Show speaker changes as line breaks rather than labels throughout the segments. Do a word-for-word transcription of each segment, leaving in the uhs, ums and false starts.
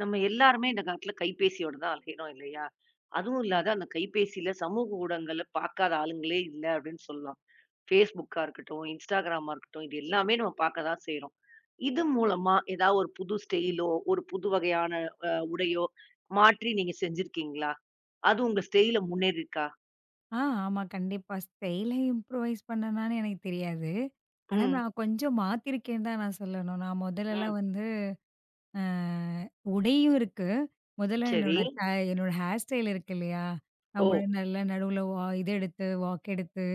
நம்ம எல்லாருமே இந்த காலத்துல கைபேசியோட தான் அலையிறோம் இல்லையா? அதுவும் இல்லாத அந்த கைபேசியில சமூக ஊடகங்கள பார்க்காத ஆளுங்களே இல்ல அப்படின்னு சொல்லலாம். Facebookஆ இருக்கட்டும், Instagramஆ இருக்கட்டும் இது எல்லாமே நம்ம பார்க்க தான் செய்றோம். இது மூலமா ஏதாவது ஒரு புது ஸ்டைலோ, ஒரு புது வகையான அ உடையோ மாற்றி நீங்க செஞ்சிருக்கீங்களா? அது உங்க ஸ்டைல்ல முன்னேறியிருக்கா?
ஆ, ஆமா. கண்டிப்பா. ஸ்டைல இம்ப்ரூவைஸ் பண்ணனான்னு எனக்கு தெரியாது. ஆனா,
ம்,
நான் கொஞ்சம் மாத்திருக்கேன்னு தான் நான் சொல்லணும். நான்
ம்.
முதல்லலாம் வந்து அ உடையும் இருக்கு. முதல்ல
சரி.
என்னோட த என்னோட ஹேர் ஸ்டைல் இருக்கு இல்லையா?
ஓ!
நம்மள நல்லா நடுவுல வா இது எடுத்து, வாக் எடுத்து,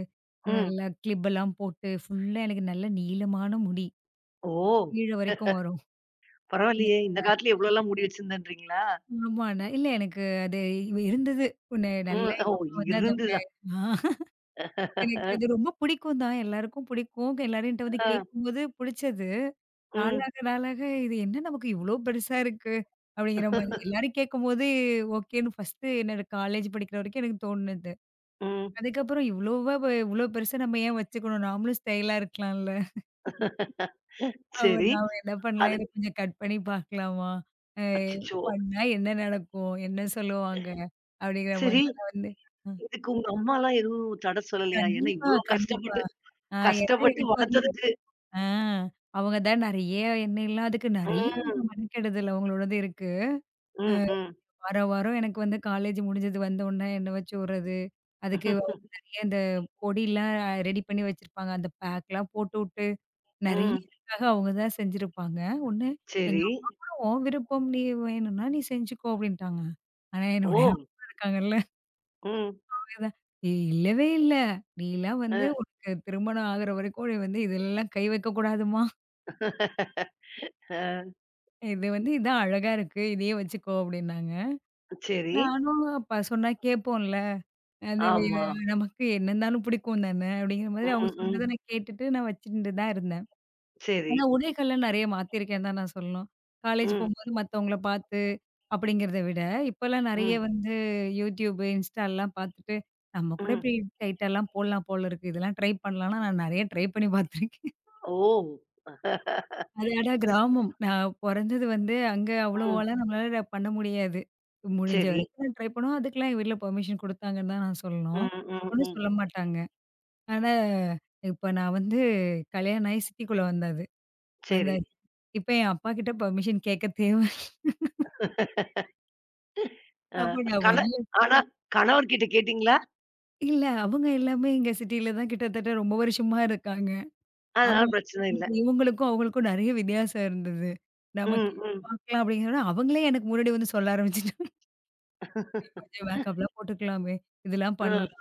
ம்.
நல்லா கிளிப்பெல்லாம் போட்டு, ஃபுல்லா எனக்கு நல்ல நீளமான முடி.
ஓ!
கீழ வரைக்கும் வரும்.
பரவாயில்லையே! இந்த காலத்துல எவ்வளோலாம் முடி வச்சிருந்தேன்றீங்களா?
ஆமா. ந இல்ல எனக்கு அது இருந்தது. ஒண்ணு
ம்.
நல்லா
ஓ!
எங்க அம்மா வந்து அத ப
இருந்துதான்.
ஆ. எனக்கு அது ரொம்ப பிடிக்கும் தான். எல்லாருக்கும் பிடிக்கும். எல்லாரும்ட்ட வந்து
அ.
கேட்கும்போது பிடிச்சது.
ம்.
நாளாக நாளாக இது என்ன நமக்கு இவ்ளோ பெருசா இருக்கு? அப்படிங்கிற மாரி. எல்லாரும் கேட்கும்போது ஓகேன்னு ஃபர்ஸ்ட்டு என்னோட காலேஜ் படிக்கிற வரைக்கும் எனக்கு தோணுனது.
ம்.
அதுக்கப்புறம் இவ்ளோவா இவ்ளோ பெருசா நம்ம ஏன் வச்சுக்கணும்? நாமளும் ஸ்டைலா இருக்கலாம்ல. அவ
சரி.
நாம என்ன பண்ணலாம்?
அது
இத கொஞ்சம் கட் பண்ணி பார்க்கலாமா? அ
அச்சச்சோ!
பண்ணா என்ன நடக்கும்? என்ன சொல்லுவாங்க? அப்படிங்கிற
சரி,
மாரிலாம் நான் வந்து அ
இதுக்கு உங்க அம்மாலாம் எதுவும் தடை சொல்லலையா? ஏன்னா
கண்டிப்பா,
இவ்ளோ
கண்டிப்பா.
கஷ்டப்பட்டு
ஆ ஏன்னா
கஷ்டப்பட்டு
எனக்கு வந்து
வளர்த்ததுக்கு.
ஆ. அவங்க தான் நெறைய என்ன இல்லாததுக்கு நெறைய அவங்க
ம்.
மெனக்கெடுதல் அவங்களோடது இருக்கு.
ம், ம்.
வாரம் வாரம் எனக்கு வந்து காலேஜ் முடிஞ்சது வந்தோனே என்ன வச்சு விடுறது. அதுக்கு அவங்க நெறைய இந்த பொடிலாம் ரெடி பண்ணி வச்சிருப்பாங்க. அந்த பேக்லாம் போட்டுவுட்டு நெறைய
ம்.
எனக்காக அவங்க தான் செஞ்சிருப்பாங்க. ஒண்ணு எங்க
சரி.
அம்மா கூட உன் விருப்பம் நீ வேணும்னா நீ செஞ்சுக்கோ அப்படின்ட்டாங்க. ஆனா
ஓ!
என்னுடைய இருக்காங்கல்ல
ம்.
தான் "ஏய், இல்லவே இல்ல. நீலாம்
அ.
வந்து உனக்கு திருமணம் ஆகுற வரைக்கும் நீ வந்து இதெல்லாம் கை வைக்கக்கூடாதுமா.
அ.
இது வந்து இதான் அழகா இருக்கு. இதையே வச்சுக்கோ அப்டின்னாங்க.
சரி.
நானும் அப்ப சொன்னா கேட்போம்ல. அந்த இது
ஆமா.
நமக்கு என்ன இருந்தாலும் பிடிக்கும் தானே அப்டிங்கிற மாதிரி அவங்க
ம், ம்.
சொன்னத நான் கேட்டுட்டு நான் வச்சுட்டு தான் இருந்தேன்.
சரி.
ஆனா உடைகள்லாம் நெறைய மாத்திருக்கேன்னு தான் நான் சொல்லணும். காலேஜ்
ம்,
போம்போது மத்தவங்கள பார்த்து அப்டிங்கிறத விட, இப்பலாம் நெறைய
ம்,
வந்து YouTube, Instaலாம் பார்த்துட்டு நம்ம கூட
ம்.
இப்டி டைட்டாலாம் போடலாம் போல இருக்கு. இதெல்லாம் ட்ரை பண்ணலாம்னா நான் நெறைய ட்ரை பண்ணி பார்த்துருக்கேன்.
ஓ!
அது ஆனா கிராமம். நான் பொறந்தது வந்து அங்க
ம்.
அவ்வளோவலாம் நம்மளால பண்ண முடியாது. முடிஞ்ச
சரி.
வரைக்கும் நான் ட்ரை பண்ணுவோம். அதுக்கெல்லாம் எங்க வீட்ல பெர்மிஷன் குடுத்தாங்கன்னு தான் நான் சொல்லணும்.
ம், ம்,
ஒண்ணும்
ம்.
சொல்ல மாட்டாங்க. ஆனா இப்ப நான் வந்து கல்யாணம் ஆயி சிட்டிக்குள்ள வந்தது
சரி.
வந்தாச்சு. இப்ப என் அப்பா கிட்ட பெர்மிஷன் கேட்க தேவ.
ஆ
அப்ப நான்
கண
முதல்ல
ஆனா கணவர்கிட்ட கேட்டீங்களா?
இல்ல அவங்க எல்லாமே இங்க சிட்டில தான் கிட்டத்தட்ட ரொம்ப வருஷமா இருக்காங்க.
அதனால
அவங்க
பிரச்சனை இல்ல.
இவங்களுக்கும் அவங்களுக்கும் நெறைய வித்தியாசம் இருந்தது. நம்ம
ம்,
கேட்டு
ம்.
பார்க்கலாம் அப்படிங்கிறத விட அவங்களே எனக்கு முன்னாடி வந்து சொல்ல ஆரம்பிச்சுட்டாங்க. மேக்கப்லாம் போட்டுக்கலாமே! இதெல்லாம்
அ,
பண்ணலாம்.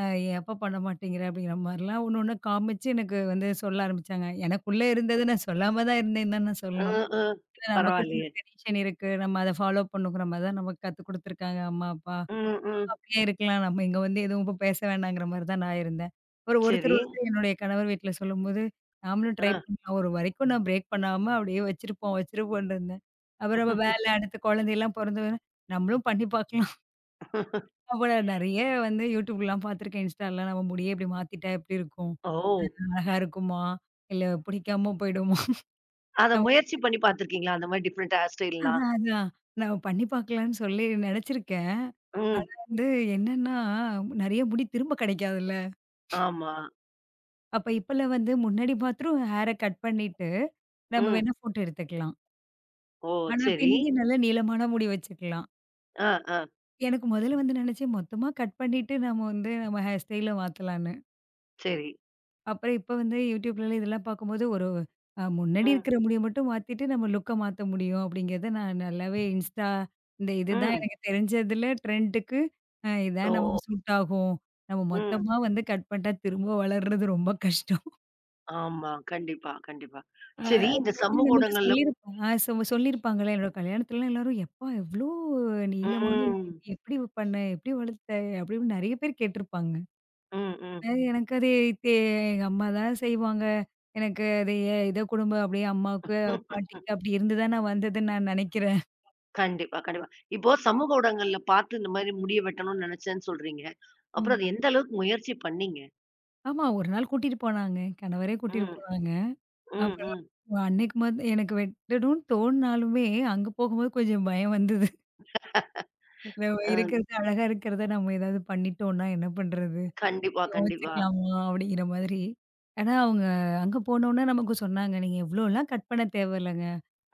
அ ஏன்ப்பா பண்ண மாட்டேங்கிற? அப்படிங்கிற மாரிலாம் ஒண்ணு ஒண்ணா காமிச்சு எனக்கு வந்து சொல்ல ஆரம்பிச்சாங்க. எனக்குள்ள இருந்தது நான் சொல்லாம தான் இருந்தேன்னு தான் நான்
அ,
சொல்லணும்.
அ.
ஏன்னா நமக்குன்னு ஒரு
பரவாயில்லயே!
ட்ரெடிஷன் இருக்கு. நம்ம அத ஃபாலோ பண்ணுங்கிற மாரி தான் நமக்கு கத்துக் குடுத்துருக்காங்க அம்மா, அப்பா.
ம்,
நம்ம
ம்.
அப்படியே இருக்கலாம். நம்ம இங்க வந்து எதுவும் இப்ப பேச வேணாங்கிற மாரி தான் நான் இருந்தேன். ஒரு ஒருத்தர்
சரி.
ஒருத்தர் என்னுடைய கணவர் வீட்ல சொல்லும்போது, நாமளும் ட்ரை
அ.
பண்ணலாம். ஒரு வரைக்கும் நான் பிரேக் பண்ணாம அப்படியே வச்சிருப்போம், வச்சிருப்போம்ன்னு இருந்தேன். அப்புறம் நம்ம வேல அடுத்து குழந்தைலாம் பொறந்தவுடனே, நம்மளும் பண்ணி பார்க்கலாம். அப்ப நான் நெறைய வந்து YouTubeலாம் பார்த்துருக்கேன். Instaலாம் நம்ம முடியே இப்படி மாத்திட்டா எப்படி இருக்கும்?
ஓ!
அழகா இருக்குமா? இல்ல பிடிக்காம போயிடுமா?
அத
நம்ம
முயற்சி பண்ணி பார்த்துருக்கீங்களா? அந்த மாரி டிஃபரண்ட் ஹேர் ஸ்டைல்லாம்?
அதான், அதான். நம்ம பண்ணி பார்க்கலான்னு சொல்லி நெனச்சிருக்கேன்.
ம்.
ஆனா வந்து என்னன்னா, நெறைய முடி திரும்ப கிடைக்காதுல்ல.
ஆமா.
அப்ப இப்பலாம் வந்து முன்னாடி மாத்திரம் ஹேர கட் பண்ணிட்டு, நம்ம வேணா
ம்.
ஃபோட்டோ எடுத்துக்கலாம்.
ஓ!
ஆனா
சரி.
பின்னாடி நல்லா நீளமான முடி வச்சுக்கலாம்.
அ, அ.
எனக்கு முதல்ல வந்து நெனச்சேன் மொத்தமா கட் பண்ணிட்டு நம்ம வந்து நம்ம ஹேர் ஸ்டைல மாத்தலான்னு.
சரி.
அப்புறம் இப்ப வந்து YouTubeலலாம் இதெல்லாம் பார்க்கும்போது ஒரு அ முன்னாடி
ம்,
இருக்கிற முடிய மட்டும் மாத்திட்டு நம்ம லுக்க மாத்த முடியும் அப்படிங்கிறத நான் நல்லாவே Insta இந்த இதுதான்
ம்.
எனக்கு தெரிஞ்சதுல ட்ரெண்டுக்கு அ இதான்
ஓ!
நமக்கு சூட் ஆகும். நம்ம
ம்.
மொத்தமா வந்து கட் பண்ணிட்டா திரும்ப வளர்றது ரொம்ப கஷ்டம்.
ஆமா. கண்டிப்பா, கண்டிப்பா.
அ
சரி இந்த
ஏன்னா
சமூக
நமக்கு
ஊடகங்கள்ல.
சொல்லியிருப்பாங்க ஆ சொ சொல்லியிருப்பாங்கல்ல என்னோட கல்யாணத்துலலாம் எல்லாரும் "எப்பா எவ்ளோ நீளமான முடி!
ம்,
எப்படி பண்ண? எப்படி வளர்த்த?" அப்படி இப்படின்னு நெறைய பேர் கேட்டிருப்பாங்க. அ
ம்,
எனக்கு அது தே எங்க அம்மா தான் செய்வாங்க. எனக்கு அது எ ஏதோ குடும்பம் அப்படியே அம்மாவுக்கு,
ம்.
பாட்டிக்கு அப்படி இருந்து தான் நான் வந்ததுன்னு நான் நெனைக்கிறேன்.
கண்டிப்பா, கண்டிப்பா. இப்போ சமூக ஊடகங்கள்ல பார்த்து இந்த மாரி முடிய வெட்டணும்னு நெனச்சேன்னு சொல்றீங்க. அப்புறம்
ம்.
அது எந்த அளவுக்கு முயற்சி பண்ணீங்க?
ஆமா, ஒரு நாள் கூட்டிட்டு போனாங்க. கணவரே கூட்டிட்டு
ம்.
போனாங்க.
ம்.
அப்புறம்
ம்.
அன்னைக்கு மத் எனக்கு வெட்டணும்னு தோணுனாலுமே, அங்க போகும்போது கொஞ்சம் பயம் வந்தது. நம்ம
அ
இருக்கிறது அழகா இருக்கிறத நம்ம ஏதாவது பண்ணிட்டோம்னா என்ன பண்றது?
கண்டிப்பா, கண்டிப்பா.
யோசிக்கலாமா? அப்படிங்கிற மாதிரி. ஆனா அவங்க அங்க போனோனே நமக்கு சொன்னாங்க, "நீங்க இவ்வளோலாம் கட் பண்ண தேவையில்லங்க."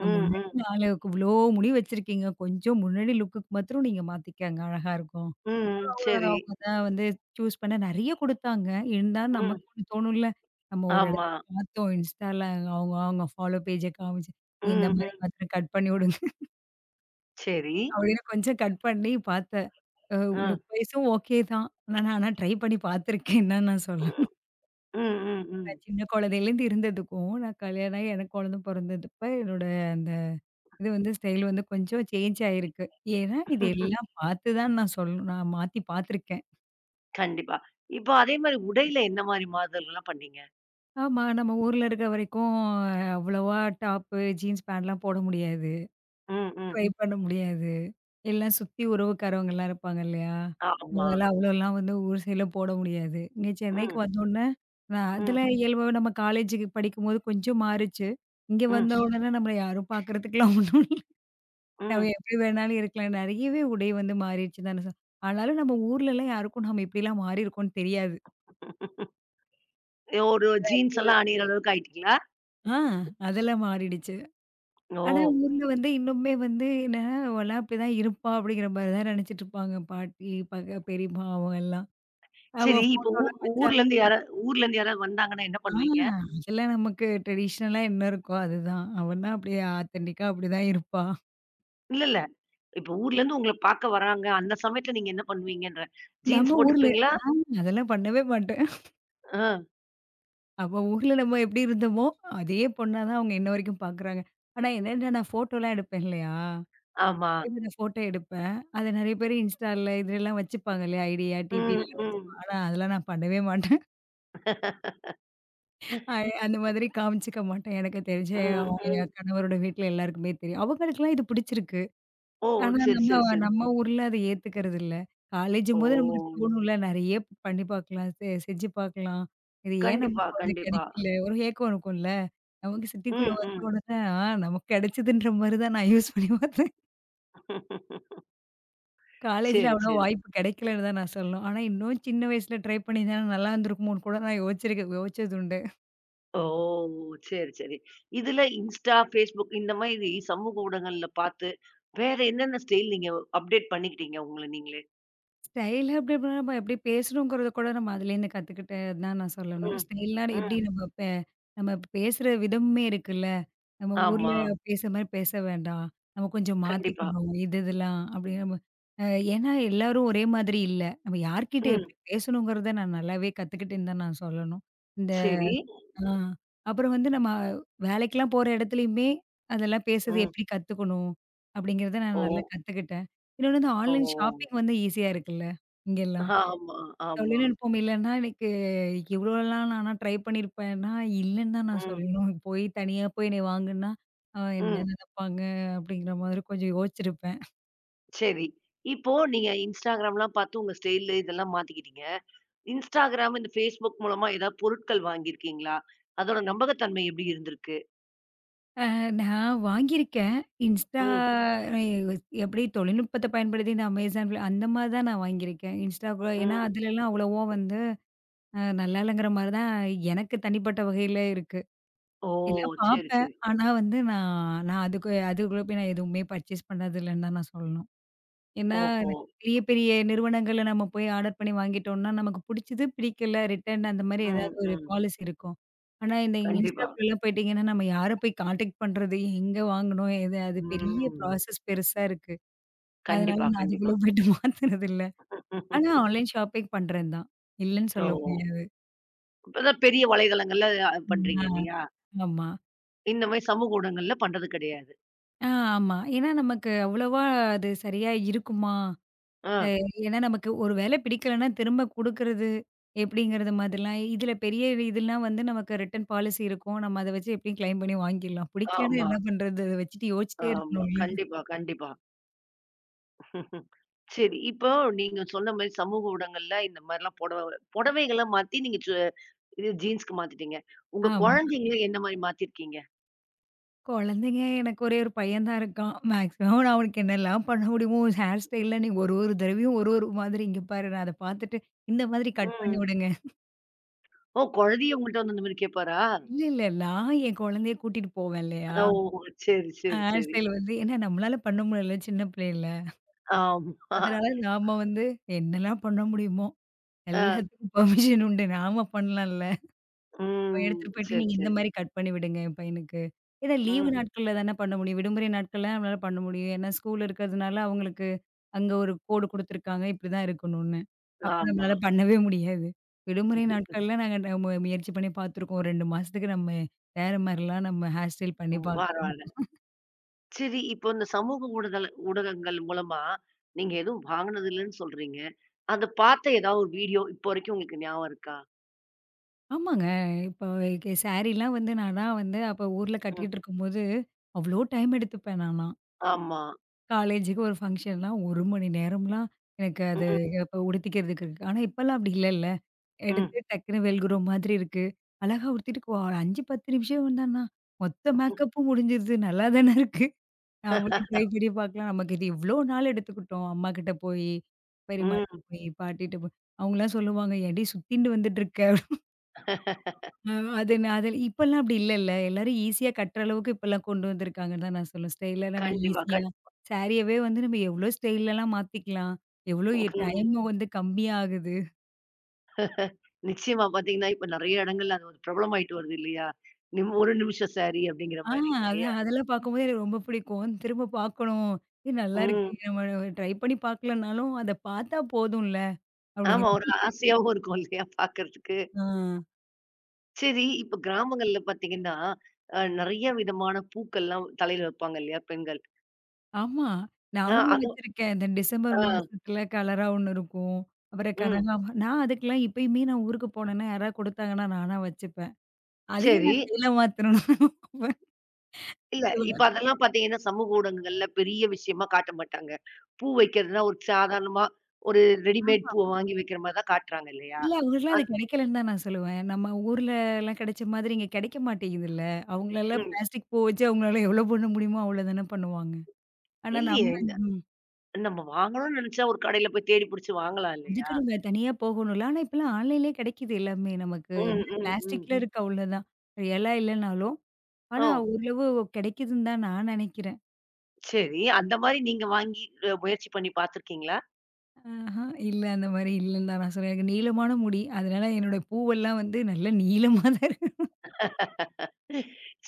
ம்.
முன்னாடி
ம்.
நாளு இவ்ளோ முடி வச்சிருக்கீங்க. கொஞ்சம் முன்னாடி லுக்குக்கு மாத்திரம் நீங்க மாத்திக்கங்க. அழகா இருக்கும்.
ம். ம்.
அப்ப
சரி.
அவங்க தான் வந்து சூஸ் பண்ண நெறைய குடுத்தாங்க. இருந்தாலும்
ம்.
நமக்கு ஒண்ணு தோணும்ல. நம்ம ஒரு
ஆமா.
இடத்துல பார்த்தோம் இன்ஸ்டால அவங்க அவங்க ஃபாலோ பேஜ காமிச்சு. "நீ இந்த
ம்.
மாரி
ம்.
மாத்திரம் கட் பண்ணி விடுங்க.
சரி.
அப்படின்னு கொஞ்சம் கட் பண்ணி பார்த்தேன். அ
அ.
லுக் வைஸும் ஓகே தான். நான் ஆனா ட்ரை பண்ணி பார்த்துருக்கேன்னு தான் நான் சொல்லணும்.
ம். ம். ம். ம்.
நான் சின்ன குழந்தையிலேருந்து இருந்ததுக்கும், நான் கல்யாணம் ஆகி எனக்கு குழந்தை பொறந்ததுப்ப என்னோட இது வந்து ஸ்டைல் வந்து கொஞ்சம் சேஞ்ச் ஆயிருக்கு. ஏன்னா, இது எல்லாம் பார்த்து தான் நான் சொல்லணும் நான் மாத்தி பார்த்துருக்கேன்.
கண்டிப்பா. இப்போ அதே மாரி உடையில என்ன மாரி மாறுதல்கள்லாம் பண்ணீங்க?
ஆமா, நம்ம ஊர்ல இருக்க வரைக்கும் அவ்வளவா டாப்பு, ஜீன்ஸ் பேண்ட்லாம் போட முடியாது.
ம். ம்.
ட்ரை பண்ண முடியாது. எல்லாம் சுத்தி உறவுக்காரவங்கலாம் இருப்பாங்க இல்லையா?
ஆமா.
அதனால அவ்வளோலாம் வந்து ஊர் சைடுல போட முடியாது. இங்க சென்னைக்கு
ம்.
வந்தோனே, நான்
ம்.
அதெல்லாம் இயல்பாவே நம்ம காலேஜுக்கு படிக்கும்போது கொஞ்சம் மாறுச்சு. இங்க
ம்.
வந்த உடனே நம்மள யாரும் பார்க்கறதுக்குலாம் ஒண்ணும் நம்ம
ம்.
எப்படி வேணாலும் இருக்கலாம். நெறையவே உடை வந்து மாறிடுச்சுன்னு தானே சொல் ஆனாலும் நம்ம ஊர்லலாம் யாருக்கும் நம்ம இப்படிலாம் மாறியிருக்கோம்ன்னு தெரியாது.
ஒரு ஜீன்ஸ்
தெரியாது.
எல்லாம் அணியிற அளவுக்கு ஆயிட்டீங்களா?
ஆ அதெல்லாம் மாறிடுச்சு.
ஓ!
ஆனா ஊர்ல வந்து இன்னுமே வந்து என்னன்னா, "அவலாம் அப்படிதான் இருப்பா" அப்படிங்கிற மாரி தான் நெனச்சுட்டு இருப்பாங்க. பாட்டி, பக பெரியம்மா அவங்கலாம். அவ
சரி, இப்ப ஊ
ஃபோட்டோலாம் வச்சா
ஊர்லருந்து யாரா ஊர்லருந்து யாராவது வந்தாங்கன்னா என்ன
ஆ
பண்ணுவீங்க?
அதெல்லாம் நமக்கு ட்ரெடிஷ்னலா என்ன இருக்கோ அதுதான். அவன்னா அப்படியே ஆத்தென்டிக்கா அப்படிதான் இருப்பா.
இல்ல, இல்ல. இப்ப ஊர்லருந்து உங்கள பாக்க வராங்க. அந்த சமயத்துல நீங்க என்ன பண்ணுவீங்கன்றேன். ஜீன்ஸ்
நம்ம ஊர்ல
போட்டிருப்பீங்களா?
அதெல்லாம் பண்ணவே மாட்டேன்.
அ,
அப்ப ஊர்ல நம்ம எப்படி இருந்தோமோ, அதே பொண்ணா தான் அவங்க இன்ன வரைக்கும் பார்க்குறாங்க. ஆனா என்னன்னா, நான் ஃபோட்டோலாம் எடுப்பேன் இல்லையா?
ஆமா.
இதுல ஃபோட்டோ எடுப்பேன். அத நெறைய பேரு இன்ஸ்டால இதுலலாம் வச்சுப்பாங்க இல்லையா? ஐடியா,
ம்,
டிபிலலாம்
ம்.
வச்சுப்பாங்க. ஆனா அதெல்லாம் நான் பண்ணவே மாட்டேன். அ அந்த மாதிரி காமிச்சுக்க மாட்டேன். எனக்கு தெரிஞ்ச
ம்,
அவங்க
ம்.
என் கணவரோட வீட்ல எல்லாருக்குமே தெரியும். அவங்களுக்கெல்லாம் இது பிடிச்சிருக்கு.
ஓ!
ஆனா,
சரி,
நம்ம
சரி, சரி.
நம்ம ஊர்ல அத ஏத்துக்கிறது இல்ல.
ஓ!
காலேஜும்போது நமக்கு தோணும்ல. நெறைய பண்ணி பார்க்கலாம். செ செஞ்சு பார்க்கலாம். இது ஏன்
கண்டிப்பா,
நமக்கு வந்து
கண்டிப்பா.
கிடைக்கல? ஒரு ஏக்கம் இருக்கும்ல. நமக்கு சிட்டிக்குள்ள
ம்,
வந்த
ம்.
உடனே, ஆ நமக்கு கிடைச்சதுன்ற மாரி தான் நான் யூஸ் பண்ணி பார்த்தேன். காலேஜ்ல
சரி,
அவ்வளோ
சரி.
வாய்ப்பு கிடைக்கலன்னு தான் நான் சொல்லணும். ஆனா, இன்னும் சின்ன வயசுல ட்ரை பண்ணியிருந்தேன்னா நல்லா இருந்திருக்குமோன்னு கூட நான் யோசிச்சிருக்கேன் யோசிச்சதுண்டு.
ஓ! சரி, சரி. இதுல Insta, Facebook இந்த மாதிரி சமூக ஊடகங்கள்ல பாத்து, வேற என்னென்ன ஸ்டைல் நீங்க அப்டேட் பண்ணிக்கிட்டீங்க உங்கள நீங்களே?
ஸ்டைலா அப்படி இப்படின்னா நம்ம எப்படி பேசணுங்கிறத கூட நம்ம அதுலேருந்து கத்துக்கிட்டது தான் நான் சொல்லணும்.
ம்,
ஸ்டைல்னா எப்படி
ம்.
நம்ம பே நம்ம பேசுற விதமுமே இருக்குல்ல. நம்ம ஊர்ல
ஆமா.
பேசுற மாரி பேச வேண்டாம். நம்ம கொஞ்சம்
கண்டிப்பா.
மாத்திக்கணும். இது இதெல்லாம் அப்படி நம்ம அ ஏன்னா எல்லாரும் ஒரே மாதிரி இல்ல. நம்ம யார்கிட்ட
ம்.
எப்படி பேசணுங்கிறத நான் நல்லாவே கத்துக்கிட்டேன்னு தான் நான் சொல்லணும். இந்த
சரி.
ஆ. அப்புறம் வந்து நம்ம வேலைக்கெல்லாம் போற இடத்துலயுமே, அதெல்லாம் பேசுறது
ம்.
எப்படி கத்துக்கணும்? அப்படிங்கிறத
ஓ!
நான் நல்லா கத்துக்கிட்டேன். இன்னொன்னு வந்து
ஓ!
ஆன்லைன் ஷாப்பிங் வந்து ஈஸியா இருக்குல்ல, இங்கெல்லாம்.
ஆமா, ஆமா.
தொழில்நுட்பம் இல்லன்னா எனக்கு இவ்வளோலாம் நானா ட்ரை பண்ணியிருப்பேன்னா, இல்லன்னு தான் நான்
ம்,
சொல்லணும். போய் தனியா போய் என்னைய வாங்குன்னா, அ என்ன
ம்.
நினைப்பாங்க? அப்படிங்கிற மாதிரி கொஞ்சம் யோசிச்சிருப்பேன்.
சரி. இப்போ நீங்க Instagramலாம் பார்த்து உங்க ஸ்டைலு இதெல்லாம் மாத்திக்கிட்டீங்க. Instagram, இந்த Facebook மூலமா ஏதாவது பொருட்கள் வாங்கியிருக்கீங்களா? அதோட நம்பகத்தன்மை எப்படி இருந்திருக்கு?
அ நான் வாங்கியிருக்கேன். இன்ஸ்டா
ம்,
எப்படி தொழில்நுட்பத்த பயன்படுத்தி இந்த Amazon அந்த மாரி தான் நான் வாங்கியிருக்கேன். இன்ஸ்டா கூட ஏன்னா
ம்.
அதுலலாம் அவ்வளவா வந்து அ நல்லா இல்லங்கிற மாரி தான் எனக்கு தனிப்பட்ட வகையில இருக்கு.
ஓ!
எல்லாம்
சரி,
பார்ப்பேன்.
சரி.
ஆனா வந்து நான் நான் அதுக்கு அதுக்குள்ள போய் நான் எதுவுமே பர்ச்சேஸ் பண்ணது இல்லன்னு தான் நான் சொல்லணும். ஏன்னா
ஓஹோ!
பெரிய பெரிய நிறுவனங்கள்ல நம்ம போய் ஆர்டர் பண்ணி வாங்கிட்டோம்னா, நமக்கு புடிச்சது, பிடிக்கல, ரிட்டர்ன் அந்த மாரி
ம்,
ஏதாவது ஒரு
ம்.
பாலிசி இருக்கும். ஆனா இந்த
கண்டிப்பா.
இன்ஸ்டாக்குள்ளலாம் போயிட்டீங்கன்னா, நம்ம யார போய் கான்டாக்ட் பண்றது? எங்க வாங்கணும்? எது? அது பெரிய
ம்.
ப்ராசஸ் பெருசா இருக்கு. அதனால
கண்டிப்பா,
நான்
கண்டிப்பா.
அதுக்குள்ள போயிட்டு மாத்துனது இல்ல. ஆனா ஆன்லைன் ஷாப்பிங் பண்றேன் தான். இல்லன்னு
ஓ!
சொல்ல முடியாது.
இப்பதான் பெரிய வலைதளங்கள்ல அ
ம்.
பண்றீங்க
ஆ.
இல்லையா?
ஆமா.
இந்த மாரி சமூக ஊடகங்கள்ல பண்றது கிடையாது.
ஆ ஆமா. ஏன்னா நமக்கு அவ்வளவா அது சரியா இருக்குமா?
ஆ.
அ ஏன்னா நமக்கு ஒரு வேள பிடிக்கலன்னா திரும்ப குடுக்குறது எப்படிங்கிறது மாதிரிலாம், இதில பெரிய இதெல்லாம் வந்து நமக்கு ரிட்டர்ன் பாலிசி இருக்கும். நம்ம அத வச்சு எப்படியும் கிளைம் பண்ணி வாங்கிடலாம். பிடிக்கலன்னா
ஆமா,
என்ன பண்றது? அத வச்சுட்டு யோசிச்சுட்டே
ஆமா.
இருக்கணும்ல.
கண்டிப்பா, கண்டிப்பா. ம்ஹும். சரி. இப்போ நீங்க சொன்ன மாரி சமூக ஊடகங்கள்ல இந்த மாரிலாம் புடவ புடவைகள மாத்தி நீங்க சு இது ஜீன்ஸ்க்கு மாத்திட்டீங்க. உங்க
ஆமா.
குழந்தைங்கள என்ன மாரி மாத்திருக்கீங்க?
குழந்தைங்க எனக்கு ஒரே ஒரு பையன் தான் இருக்கான். மேக்ஸிமம் நான் அவனுக்கு என்னலாம் பண்ண முடியுமோ, ஹேர் ஸ்டைல்ல நீ ஒரு ஒரு தடவையும் ஒரு ஒரு மாதிரி இங்க பாரு நான் அத பார்த்துட்டு இந்த மாதிரி கட் பண்ணி
ம்.
விடுங்க.
ஓ! குழந்தையும் உங்கள்ட்ட வந்து இந்த மாரி கேட்பாரா?
இல்ல, இல்ல. நான் என் குழந்தைய கூட்டிட்டு போவேன் இல்லையா?
ஓ! சரி,
ஆ
சரி,
ஹேர்
சரி.
ஸ்டைல் வந்து ஏன்னா நம்மளால பண்ண முடியல சின்ன பிள்ளைல.
ஆமா.
அதனால நாம வந்து என்னலாம் பண்ண முடியுமோ
அ.
எல்லாத்துக்கும் பெர்மிஷன் உண்டு. நாம பண்ணலாம்ல.
ம்.
அவன் எடுத்துட்டு போயிட்டு
சரி,
நீங்க இந்த
சரி.
மாரி கட் பண்ணி விடுங்க என் பையனுக்கு. ஏன்னா லீவு
ம்.
நாட்கள்ல தானே பண்ண முடியும். விடுமுறை நாட்கள்ல நம்மளால பண்ண முடியும். ஏன்னா ஸ்கூல் இருக்கிறதுனால அவங்களுக்கு அங்க ஒரு கோடு குடுத்துருக்காங்க. இப்படிதான் இருக்கணும்னு. அப்ப
ஆமா.
நம்மளால பண்ணவே முடியாது. விடுமுறை நாட்கள்ல நாங்க நம்ம முயற்சி பண்ணி பார்த்துருக்கோம். ரெண்டு மாசத்துக்கு நம்ம வேற மாரிலாம் நம்ம ஹேர் ஸ்டைல் பண்ணி
ம். வர,
பார்க்கலாம்.
வர. சரி, இப்போ இந்த சமூக ஊடதள ஊடகங்கள் மூலமா, நீங்க எதுவும் வாங்குனது இல்லன்னு சொல்றீங்க. அத பார்த்த ஏதாவது ஒரு வீடியோ இப்போ வரைக்கும் உங்களுக்கு ஞாபகம் இருக்கா?
ஆமாங்க. இப்போ எ சாரிலாம் வந்து நான்லாம் வந்து அப்ப ஊர்ல
ம்.
கட்டிக்கிட்டு இருக்கும்போது, அவ்ளோ டைம் எடுத்துப்பேன் நான்லாம்.
ஆமா.
காலேஜுக்கு ஒரு ஃபங்ஷன்னா ஒரு மணி நேரம்லாம் எனக்கு அது இப்ப உடுத்திக்கிறதுக்கு இருக்கு. ஆனா இப்பலாம் அப்படி இல்லல்ல.
ம், ம், ம்.
எடுத்து டக்குன்னு வெல்க்ரோ மாதிரி இருக்கு. அழகா உடுத்திட்டு கோ ஐந்து, பத்து நிமிஷம் வந்தான்னா, மொத்த மேக்கப்பும் முடிஞ்சிருது. நல்லா தானே இருக்கு. நாமளும் ட்ரை பண்ணி பார்க்கலாம். நமக்கு இது இவ்ளோ நாள் எடுத்துக்கிட்டோம். அம்மாகிட்ட போய், பெரியம்மாட்ட போய், பாட்டிட்ட போய் அவங்கலாம் சொல்லுவாங்க, "ஏன்டி சுத்திண்டு வந்துட்டு இருக்க?" அ அது நான் அது இப்பலாம் அப்படி இல்லல்ல. எல்லாரும் ஈஸியா கட்டுற அளவுக்கு இப்பலாம் கொண்டு வந்திருக்காங்கன்னு தான் நான் சொல்லுவேன். ஸ்டைலா நம்ம
கண்டிப்பா.
ஈஸியா
கண்
சாரியவே வந்து நம்ம எவ்வளோ ஸ்டைல்லலாம் மாத்திக்கலாம். எவ்வளோ எ
ம்.
டைம் வந்து கம்மியா ஆகுது.
நிச்சயமா பார்த்தீங்கன்னா, இப்ப நெறைய இடங்கள்ல அது ஒரு பிரபலமாயிட்டு வருது இல்லையா? நிம் ஒரு நிமிஷம் சாரி அப்படிங்கிற
ஆ
மாரி இல்லையா?
அதான் அதெல்லாம் பார்க்கும்போது எனக்கு ரொம்ப பிடிக்கும். திரும்ப பார்க்கணும். இது
ம்.
நல்லாருக்கே! நம்ம ட்ரை பண்ணி பார்க்கலனாலும், அத பார்த்தா போதும்ல.
ஆமா.
அப்படிங்கிற
ஒரு ஆசையாவும் இருக்கும் இல்லையா பார்க்கறதுக்கு.
ஆ
சரி, இப்ப கிராமங்கள்ல பார்த்தீங்கன்னா, அ நெறைய விதமான பூக்கள்லாம் தலையில வைப்பாங்க இல்லையா பெண்கள்.
ஆமா.
அ
நானுமே
அது
வச்சிருக்கேன். இந்த டிசம்பர்
ஆ,
மாசத்துல கலரா ஒண்ணு இருக்கும். அப்புறம்
ம்.
கனகாமரம் நான் அதுக்கெல்லாம் இப்பயுமே நான் ஊருக்கு போனேன்னா யாராவது கொடுத்தாங்கன்னா நானா வச்சுப்பேன். அதையும்
சரி.
நான் சேல மாத்தணும்.
இல்ல, இப்ப அதெல்லாம் பார்த்தீங்கன்னா, சமூக ஊடகங்கள்ல பெரிய விஷயமா காட்ட மாட்டாங்க. பூ வைக்கிறதுன்னா, ஒரு சாதாரணமா ஒரு ரெடிமேட்
ஆமா.
பூவ வாங்கி வைக்கிற மாரி தான் காட்டுறாங்க இல்லையா?
இல்ல அவங்களுக்குலாம் அது
அத்
கிடைக்கலன்னு தான் நான் சொல்லுவேன். நம்ம ஊர்லலாம் கிடைச்ச மாதிரி இங்க கிடைக்க மாட்டேங்குதுல்ல. அவங்களலாம்
ம்.
பிளாஸ்டிக் பூ வச்சு அவங்களால எவ்வளோ பண்ண முடியுமோ அவ்வளோ தானே பண்ணுவாங்க. ஆனா
இல்லையே!
நம்ம
இந்த
ம்.
நம்ம வாங்கணும்னு நெனச்சா ஒரு கடையில போய் தேடி புடிச்சு வாங்கலாம்
அதுக்கு
இல்லையா?
நம்ம தனியா போகணும்ல. ஆனா இப்பலாம் ஆன்லைன்லேயே கிடைக்குது எல்லாமே நமக்கு.
ம்,
என்ன
ம், ம்.
பிளாஸ்டிக்ல ம். இருக்கு அவ்வளோதான். ரியலா இல்லனாலும்,
ஓ!
ஆனா ஓரளவு கிடைக்குதுன்னு தான் நான் நினைக்கிறேன்.
சரி. அந்த மாரி நீங்க வாங்கி அ முயற்சி பண்ணி பார்த்துருக்கீங்களா?
ஆஹா, இல்ல அந்த மாரி இல்லன்னு தான் நான் சொல்லுவேன். எனக்கு நீளமான முடி. அதனால என்னோட பூவெல்லாம் வந்து நல்ல நீளமா தான்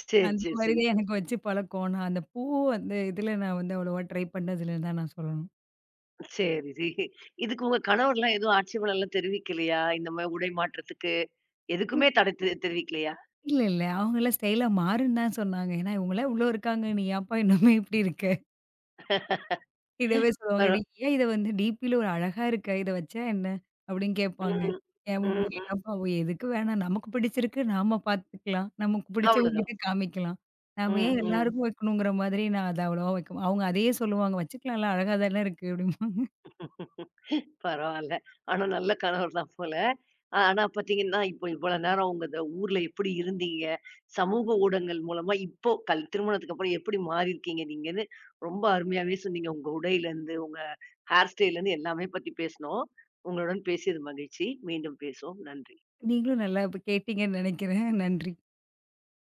சரி,
அந்த
சரி,
மாரி
சரி.
தான் எனக்கு வச்சு பழக்கம். நான் அந்த பூ வந்து இதுல நான் வந்து அவ்வளவா ட்ரை பண்ணதில்லன்னு தான் நான் சொல்லணும்.
சரி, சரி. இதுக்கு உங்க கணவர்லாம் எதுவும் ஆட்சேபனைலாம் தெரிவிக்கலையா? இந்த மாரி உடை மாற்றத்துக்கு, எதுக்குமே தடை தெ தெரிவிக்கலையா?
இல்ல, இல்ல. அவங்கலாம் ஸ்டைலா மாறுன்னு தான் சொன்னாங்க. ஏன்னா இவங்கலாம் இவ்ளோ இருக்காங்க. நீ ஏன்ப்பா இன்னுமே இப்படி இருக்க? இதவே சொல்லுவாங்க. "நீ
பரவா
ஏன் இத வந்து டிபில ஒரு அழகா இருக்க. இத வச்சா என்ன?" அப்படின்னு கேட்பாங்க.
ம்.
"ஏன் உன்
ம், ம்.
ஊர்லலாம்ப்பா எதுக்கு வேணாம். நமக்கு பிடிச்சிருக்கு நாம பார்த்துக்கலாம். நமக்கு
அவ்வளதான்.
பிடிச்சவங்ககிட்ட காமிக்கலாம். நாம
ம்,
ஏன்
ம்.
எல்லாருக்கும் வைக்கணுங்கிற மாதிரி நான் அத அவ்வளவா வைக்க" மா- அவங்க அதையே சொல்லுவாங்க. "வச்சுக்கலாம்ல அழகா தானே இருக்கு" அப்படிம்பாங்க.
பரவால்ல. ஆனா நல்ல கணவர் தான் போல. ஆ- ஆனா பார்த்தீங்கன்னா, இப்போ இவ்வளோ நேரம் உங்க இந்த ஊர்ல எப்படி இருந்தீங்க? சமூக ஊடகங்கள் மூலமா இப்போ கல் திருமணத்துக்கு அப்புறம் எப்படி மாறியிருக்கீங்க நீங்கன்னு, ரொம்ப அருமையாவே சொன்னீங்க. உங்க உடையிலேருந்து, உங்க ஹேர் ஸ்டைல்லேருந்து எல்லாமே பத்தி பேசினோம். உங்களுடன் பேசியது மகிழ்ச்சி. மீண்டும் பேசுவோம். நன்றி.
நீங்களும் நல்லா இப்ப கேட்டீங்கன்னு நினைக்கிறேன். நன்றி.